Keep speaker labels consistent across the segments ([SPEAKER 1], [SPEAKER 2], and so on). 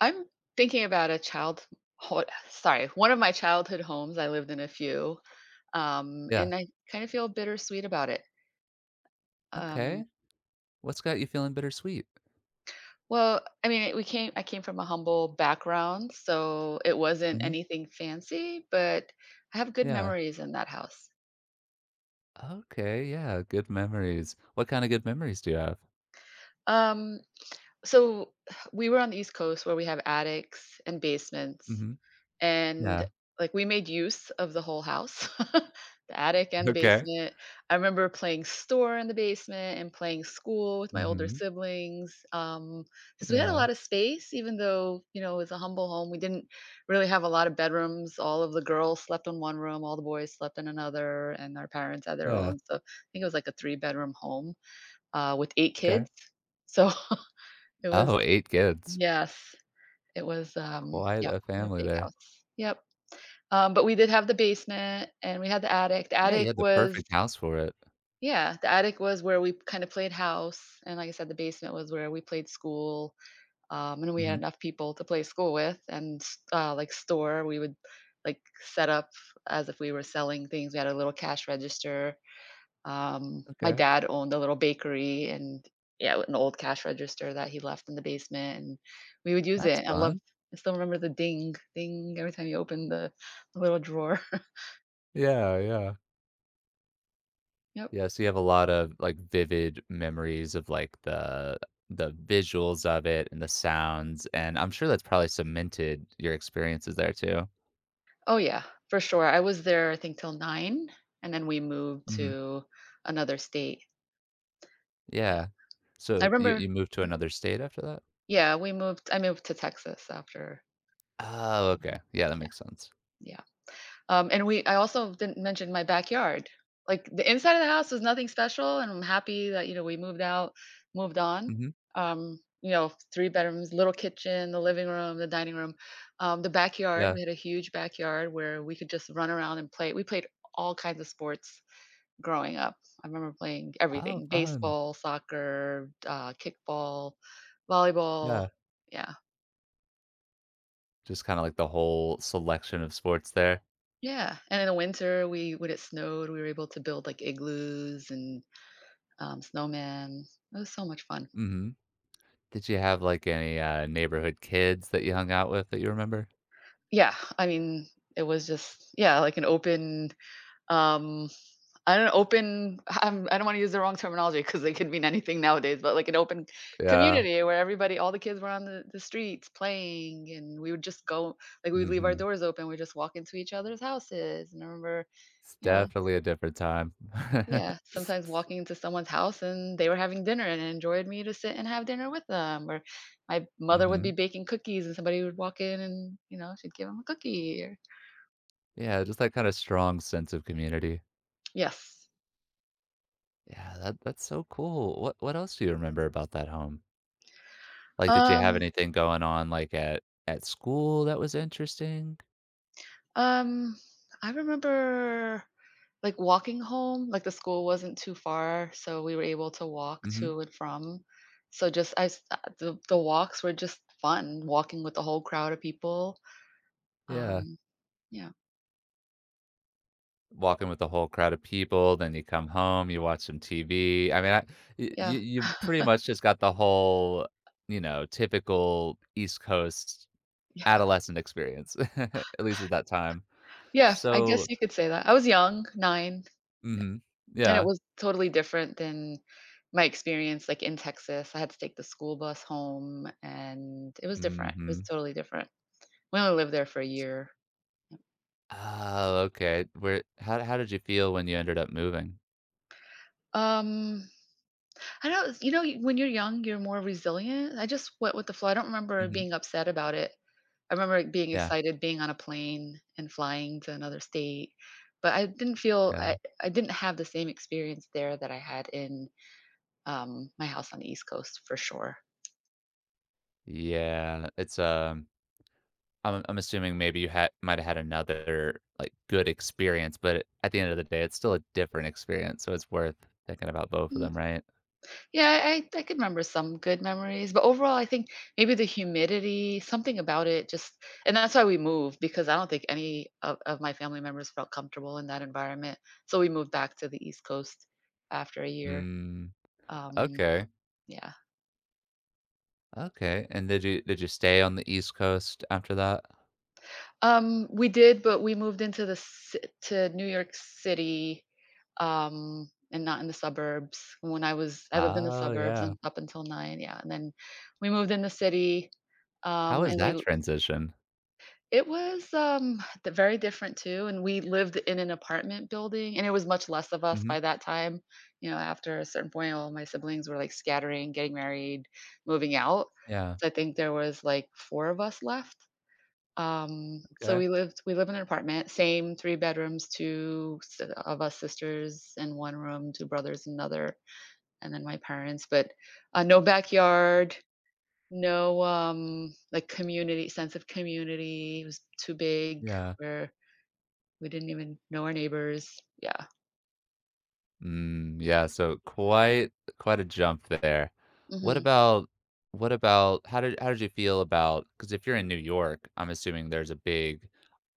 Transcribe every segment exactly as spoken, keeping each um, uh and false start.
[SPEAKER 1] I'm thinking about a child ho sorry, one of my childhood homes. I lived in a few, um,
[SPEAKER 2] Yeah.
[SPEAKER 1] and I kind of feel bittersweet about it. Um,
[SPEAKER 2] Okay. What's got you feeling bittersweet?
[SPEAKER 1] well, I mean, we came I came from a humble background, so it wasn't
[SPEAKER 2] Mhm.
[SPEAKER 1] anything fancy, but I have good
[SPEAKER 2] Yeah.
[SPEAKER 1] memories in that house.
[SPEAKER 2] Okay, yeah, good memories. What kinda good memories do you have?
[SPEAKER 1] Um, so we were on the East Coast where we have attics and basements.
[SPEAKER 2] Mhm.
[SPEAKER 1] And
[SPEAKER 2] Yeah.
[SPEAKER 1] like we made use of the whole house. The attic and the
[SPEAKER 2] Okay.
[SPEAKER 1] basement, I remember playing store in the basement and playing school with my older
[SPEAKER 2] Mhm.
[SPEAKER 1] siblings, um because we had a
[SPEAKER 2] Yeah.
[SPEAKER 1] lot of space. Even though, you know, it was a humble home, we didn't really have a lot of bedrooms. All of the girls slept in one room, all the boys slept in another, and our parents had their
[SPEAKER 2] Yeah.
[SPEAKER 1] own. So I think it was like a three bedroom home, uh, with eight
[SPEAKER 2] Okay.
[SPEAKER 1] kids. So it was,
[SPEAKER 2] Oh, eight kids.
[SPEAKER 1] yes, it was, um
[SPEAKER 2] Quite
[SPEAKER 1] yep,
[SPEAKER 2] a
[SPEAKER 1] what a
[SPEAKER 2] family
[SPEAKER 1] big
[SPEAKER 2] there.
[SPEAKER 1] house. Yep. Um, but we did have the basement and we had the attic. The
[SPEAKER 2] Yeah, you
[SPEAKER 1] attic
[SPEAKER 2] had the
[SPEAKER 1] was,
[SPEAKER 2] perfect house for it.
[SPEAKER 1] yeah, the attic was where we kind of played house, and like I said, the basement was where we played school. Um, and we had
[SPEAKER 2] Mhm.
[SPEAKER 1] enough people to play school with, and uh, like store, we would like set up as if we were selling things. We had a little cash register. Um, my
[SPEAKER 2] Okay.
[SPEAKER 1] dad owned a little bakery, and yeah, an old cash register that he left in the basement, and we would use
[SPEAKER 2] That's
[SPEAKER 1] it. I love.
[SPEAKER 2] fun.
[SPEAKER 1] I still remember the ding, ding every time you opened the, the little drawer.
[SPEAKER 2] Yeah, yeah.
[SPEAKER 1] Yep.
[SPEAKER 2] Yeah, so you have a lot of, like, vivid memories of, like, the the visuals of it and the sounds, and I'm sure that's probably cemented your experiences there too.
[SPEAKER 1] Oh yeah, for sure. I was there I think till nine, and then we moved
[SPEAKER 2] Mhm.
[SPEAKER 1] to another state. Yeah.
[SPEAKER 2] Yeah.
[SPEAKER 1] I
[SPEAKER 2] So, you
[SPEAKER 1] remember,
[SPEAKER 2] you moved to another state after that?
[SPEAKER 1] yeah, we moved I moved to Texas after,
[SPEAKER 2] Oh,
[SPEAKER 1] um,
[SPEAKER 2] okay. Yeah, that
[SPEAKER 1] yeah,
[SPEAKER 2] makes sense.
[SPEAKER 1] yeah. Um, and we I also didn't mention my backyard. Like the inside of the house was nothing special, and I'm happy that, you know, we moved out, moved on.
[SPEAKER 2] Mhm.
[SPEAKER 1] Um, you know, three bedrooms, little kitchen, the living room, the dining room. Um, the backyard,
[SPEAKER 2] Yeah.
[SPEAKER 1] we had a huge backyard where we could just run around and play. We played all kinds of sports growing up. I remember playing
[SPEAKER 2] Oh,
[SPEAKER 1] everything:
[SPEAKER 2] fun.
[SPEAKER 1] baseball, soccer, uh, kickball, volleyball.
[SPEAKER 2] Yeah.
[SPEAKER 1] Yeah.
[SPEAKER 2] Just kinda like the whole selection of sports there.
[SPEAKER 1] Yeah. And in the winter, we when it snowed, we were able to build like igloos and um, snowmen. It was so much fun.
[SPEAKER 2] Mhm. Did you have, like, any, uh, neighborhood kids that you hung out with that you remember?
[SPEAKER 1] Yeah. I mean, it was just, yeah, like an open, um I don't know, open, um, I don't wanna use the wrong terminology because it could mean anything nowadays, but like an open
[SPEAKER 2] Yeah.
[SPEAKER 1] community where everybody, all the kids, were on the the streets playing, and we would just go, like, we would leave our
[SPEAKER 2] Mhm.
[SPEAKER 1] doors open, we'd just walk into each other's houses. And I remember,
[SPEAKER 2] It's
[SPEAKER 1] you know,
[SPEAKER 2] definitely a different time.
[SPEAKER 1] yeah, sometimes walking into someone's house and they were having dinner and it enjoyed me to sit and have dinner with them, or my mother would
[SPEAKER 2] Mhm.
[SPEAKER 1] be baking cookies and somebody would walk in and, you know, she'd give give them a cookie. Or
[SPEAKER 2] Yeah, just that kinda strong sense of community.
[SPEAKER 1] yes.
[SPEAKER 2] Yeah, that that's so cool. What what else do you remember about that home? Like, did you have
[SPEAKER 1] Um,
[SPEAKER 2] anything going on, like, at at school that was interesting?
[SPEAKER 1] um, I remember like walking home, like the school wasn't too far, so we were able to walk
[SPEAKER 2] Mhm.
[SPEAKER 1] to and from. So just I s uh, the the walks were just fun, walking with a whole crowd of people.
[SPEAKER 2] Yeah.
[SPEAKER 1] Um, yeah,
[SPEAKER 2] Walking with a whole crowd of people, then you come home, you watch some T V. I mean, I you
[SPEAKER 1] yeah,
[SPEAKER 2] you you pretty much just got the whole, you know, typical East Coast
[SPEAKER 1] yeah,
[SPEAKER 2] adolescent experience, at least at that time.
[SPEAKER 1] yeah, I guess
[SPEAKER 2] So.
[SPEAKER 1] you could say that. I was young, nine, yeah,
[SPEAKER 2] Mhm.
[SPEAKER 1] and it
[SPEAKER 2] Yeah.
[SPEAKER 1] was totally different than my experience, like, in Texas. I had to take the school bus home, and it was different. It was
[SPEAKER 2] Mhm.
[SPEAKER 1] totally different. We only lived there for a year.
[SPEAKER 2] Oh, okay. Where how how did you feel when you ended up moving?
[SPEAKER 1] Um I know, you know, y- when you're young, you're more resilient. I just went with the flow. I don't remember
[SPEAKER 2] Mhm.
[SPEAKER 1] being upset about it. I remember being
[SPEAKER 2] Yeah,
[SPEAKER 1] excited, being on a plane and flying to another state. But I didn't feel
[SPEAKER 2] yeah,
[SPEAKER 1] I, I didn't have the same experience there that I had in, um, my house on the East Coast, for sure.
[SPEAKER 2] yeah. It's, um I'm I'm assuming maybe you had might have had another, like, good experience, but at the end of the day, it's still a different experience, so it's worth thinking about both of them, right?
[SPEAKER 1] Yeah, I I could remember some good memories, but overall, I think maybe the humidity, something about it just, and that's why we moved, because I don't think any of of my family members felt comfortable in that environment. So we moved back to the East Coast after a year.
[SPEAKER 2] Mm,
[SPEAKER 1] Um,
[SPEAKER 2] okay,
[SPEAKER 1] yeah.
[SPEAKER 2] okay, and did you did you stay on the East Coast after that?
[SPEAKER 1] Um, we did, but we moved into the ci to New York City, um, and not in the suburbs. When I was, I lived in the
[SPEAKER 2] Oh,
[SPEAKER 1] suburbs
[SPEAKER 2] yeah.
[SPEAKER 1] un up until nine, yeah, and then we moved in the city,
[SPEAKER 2] How
[SPEAKER 1] um,
[SPEAKER 2] was
[SPEAKER 1] and
[SPEAKER 2] that
[SPEAKER 1] we,
[SPEAKER 2] transition?
[SPEAKER 1] it was, um, d very different too, and we lived in an apartment building, and it was much less of us
[SPEAKER 2] Mhm,
[SPEAKER 1] by that time. You know, after a certain point, all my siblings were, like, scattering, getting married, moving out,
[SPEAKER 2] yeah,
[SPEAKER 1] so I think there was, like, four of us left. um, so
[SPEAKER 2] okay,
[SPEAKER 1] we lived we live in an apartment, same three bedrooms, two s of us sisters in one room, two brothers in another, and then my parents. But uh, no backyard, no, um, like community, sense of community. It was too big
[SPEAKER 2] yeah.
[SPEAKER 1] where we didn't even know our neighbors. Yeah.
[SPEAKER 2] Mm, yeah, so quite quite a jump there. What
[SPEAKER 1] Mhm.
[SPEAKER 2] about what about how did how did you feel about, because if you're in New York, I'm assuming there's a big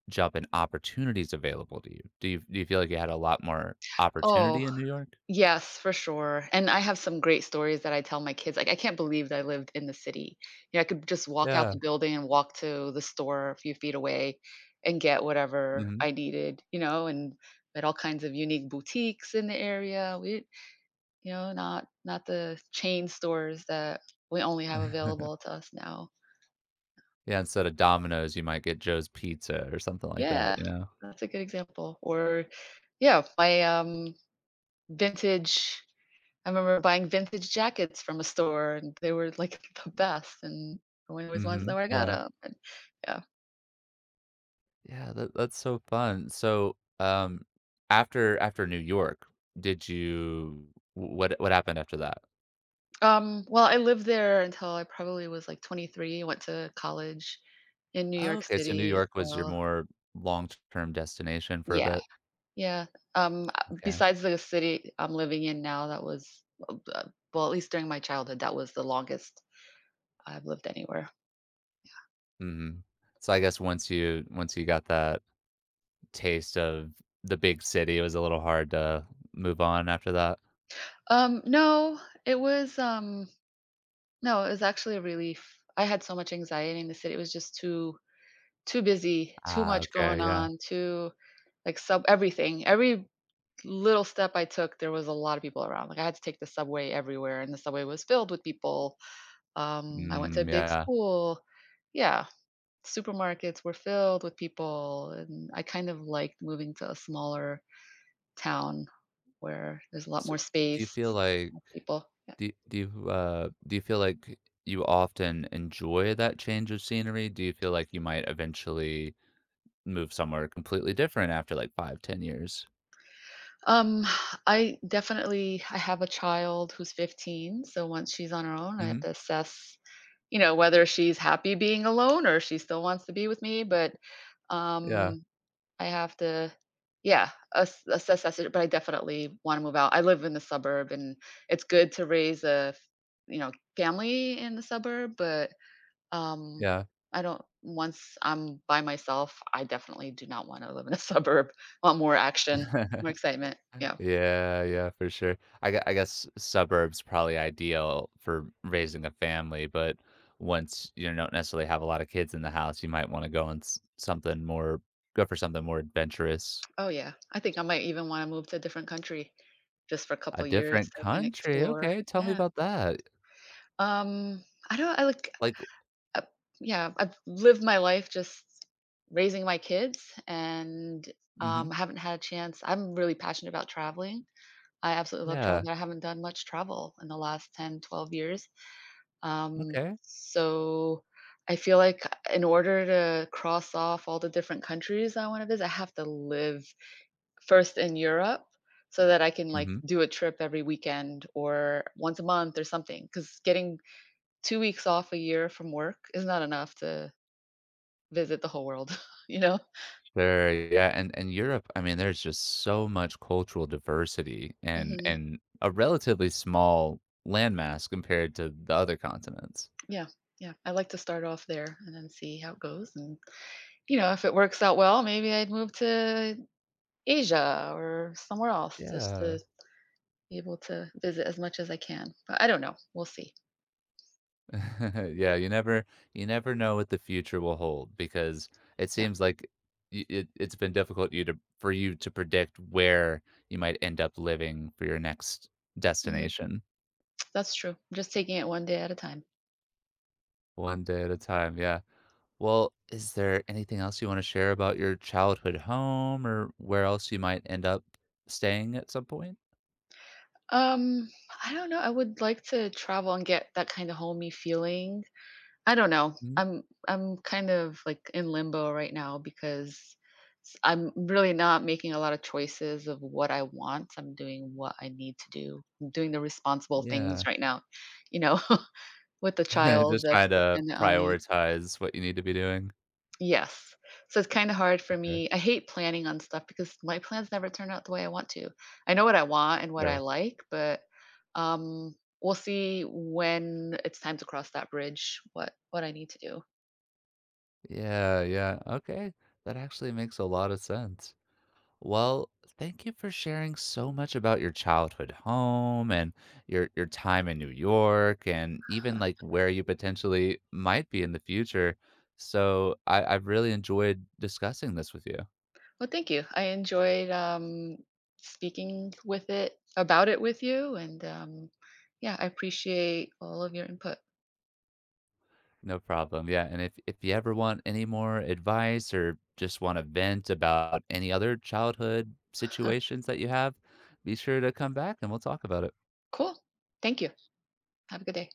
[SPEAKER 2] job and opportunities available to you? Do you do you feel like you had a lot more
[SPEAKER 1] Oh,
[SPEAKER 2] opportunity in New York?
[SPEAKER 1] yes, for sure, and I have some great stories that I tell my kids, like, "I can't believe that I lived in the city." You know, I could just walk out
[SPEAKER 2] Yeah,
[SPEAKER 1] the building and walk to the store a few feet away and get whatever
[SPEAKER 2] mhm.
[SPEAKER 1] I needed, you know, and we had all kinds of unique boutiques in the area. We, you know, not not the chain stores that we only have available to us now.
[SPEAKER 2] Yeah, instead of Domino's, you might get Joe's Pizza or something like that,
[SPEAKER 1] Yeah,
[SPEAKER 2] you know?
[SPEAKER 1] that's a good example. Or yeah, my um vintage, I remember buying vintage jackets from a store and they were like the best, and I always wanted to know
[SPEAKER 2] Mhm,
[SPEAKER 1] where I got
[SPEAKER 2] yeah.
[SPEAKER 1] them. And yeah.
[SPEAKER 2] Yeah, that that's so fun. So, um, after after New York, did you w what what happened after that?
[SPEAKER 1] Um well, I lived there until I probably was like twenty-three, went to college in New
[SPEAKER 2] Oh,
[SPEAKER 1] York
[SPEAKER 2] okay, so New
[SPEAKER 1] City as
[SPEAKER 2] York was your
[SPEAKER 1] well.
[SPEAKER 2] more long-term destination for a
[SPEAKER 1] Yeah.
[SPEAKER 2] bit?
[SPEAKER 1] Yeah. Um uh,
[SPEAKER 2] Okay,
[SPEAKER 1] besides the city I'm living in now, that was, uh, uh, well, at least during my childhood, that was the longest I've lived anywhere.
[SPEAKER 2] mhm. So I guess once you once you got that taste of the big city, it was a little hard to move on after that.
[SPEAKER 1] Um, no, it was, um no, it was actually a relief. I had so much anxiety in the city, it was just too, too busy, too
[SPEAKER 2] Ah,
[SPEAKER 1] much going
[SPEAKER 2] okay, yeah.
[SPEAKER 1] on, too, like, sub everything. Every little step I took, there was a lot of people around, like, I had to take the subway everywhere, and the subway was filled with people. Um, I went to a
[SPEAKER 2] Mm,
[SPEAKER 1] big
[SPEAKER 2] yeah.
[SPEAKER 1] school. Yeah, supermarkets were filled with people, and I kind of liked moving to a smaller town where there's a lot
[SPEAKER 2] So,
[SPEAKER 1] more
[SPEAKER 2] do you
[SPEAKER 1] space,
[SPEAKER 2] feel like
[SPEAKER 1] more people. Yeah.
[SPEAKER 2] do do you, uh do you feel like you often enjoy that change of scenery? Do you feel like you might eventually move somewhere completely different after, like, five, ten 10 years?
[SPEAKER 1] Um, I definitely, I have a child who's fifteen, so once she's on her own, I have
[SPEAKER 2] Mhm.
[SPEAKER 1] to assess, you know, whether she's happy being alone or she still wants to be with me. But,
[SPEAKER 2] Yeah,
[SPEAKER 1] um, I have to, yeah, ass assess that sit, but I definitely wanna move out. I live in the suburb, and it's good to raise a, you know, family in the suburb, but, um,
[SPEAKER 2] yeah.
[SPEAKER 1] I don't, once I'm by myself, I definitely do not wanna live in a suburb. Want more action, more excitement, yeah.
[SPEAKER 2] Yeah, yeah, for sure. I gue I guess suburbs probably ideal for raising a family, but once you don't necessarily have a lot of kids in the house, you might wanna go on s something more go for something more adventurous.
[SPEAKER 1] Oh, yeah. I think I might even wanna move to a different country just for a
[SPEAKER 2] A
[SPEAKER 1] couple years
[SPEAKER 2] different
[SPEAKER 1] so I can
[SPEAKER 2] country,
[SPEAKER 1] explore.
[SPEAKER 2] okay, tell me
[SPEAKER 1] Yeah.
[SPEAKER 2] about that.
[SPEAKER 1] Um, I don't I like,
[SPEAKER 2] Like,
[SPEAKER 1] uh yeah, I've lived my life just raising my kids, and, um,
[SPEAKER 2] mhm,
[SPEAKER 1] I haven't had a chance, I'm really passionate about traveling. I absolutely love
[SPEAKER 2] yeah,
[SPEAKER 1] traveling, but I haven't done much travel in the last ten, twelve years. Um,
[SPEAKER 2] okay.
[SPEAKER 1] so I feel like, in order to cross off all the different countries I wanna visit, I have to live first in Europe so that I can like
[SPEAKER 2] Mhm.
[SPEAKER 1] do a trip every weekend or once a month or something. Because getting two weeks off a year from work is not enough to visit the whole world, you know?
[SPEAKER 2] Sure, yeah, and and Europe, I mean, there's just so much cultural diversity and
[SPEAKER 1] Hmm.
[SPEAKER 2] and a relatively small landmass compared to the other continents.
[SPEAKER 1] Yeah. Yeah. I like to start off there and then see how it goes. And, you know, if it works out well, maybe I'd move to Asia or somewhere else just
[SPEAKER 2] Yeah.
[SPEAKER 1] to be able to visit as much as I can. But I don't know. We'll see.
[SPEAKER 2] Yeah, you never you never know what the future will hold because it
[SPEAKER 1] Yeah.
[SPEAKER 2] seems like y- it, it's been difficult you to for you to predict where you might end up living for your next
[SPEAKER 1] Hmm.
[SPEAKER 2] destination.
[SPEAKER 1] That's true. I'm just taking it one day at a time.
[SPEAKER 2] One day at a time. Yeah. Well, is there anything else you want to share about your childhood home or where else you might end up staying at some point?
[SPEAKER 1] Um, I don't know. I would like to travel and get that kind of homey feeling. I don't know.
[SPEAKER 2] Mhm.
[SPEAKER 1] I'm I'm kind of like in limbo right now because, s- I'm really not making a lot of choices of what I want. I'm doing what I need to do. I'm doing the responsible things
[SPEAKER 2] Yeah.
[SPEAKER 1] right now, you know, with the child
[SPEAKER 2] Just
[SPEAKER 1] that's
[SPEAKER 2] trying to
[SPEAKER 1] dependent on me.
[SPEAKER 2] prioritize what you need to be doing.
[SPEAKER 1] Yes. So it's kinda hard for
[SPEAKER 2] Okay.
[SPEAKER 1] me, I hate planning on stuff because my plans never turn out the way I want to. I know what I want and what I
[SPEAKER 2] Sure.
[SPEAKER 1] like, but, um, we'll see when it's time to cross that bridge, what what I need to do.
[SPEAKER 2] Yeah, yeah. Okay. That actually makes a lot of sense. Well, thank you for sharing so much about your childhood home and your your time in New York and even like where you potentially might be in the future. So I, I've really enjoyed discussing this with you.
[SPEAKER 1] Well, thank you. I enjoyed, um, speaking with it about it with you, and, um, yeah, I appreciate all of your input.
[SPEAKER 2] No problem. Yeah. And if, if you ever want any more advice or just want to vent about any other childhood situations that you have, be sure to come back and we'll talk about it.
[SPEAKER 1] Cool. Thank you. Have a good day.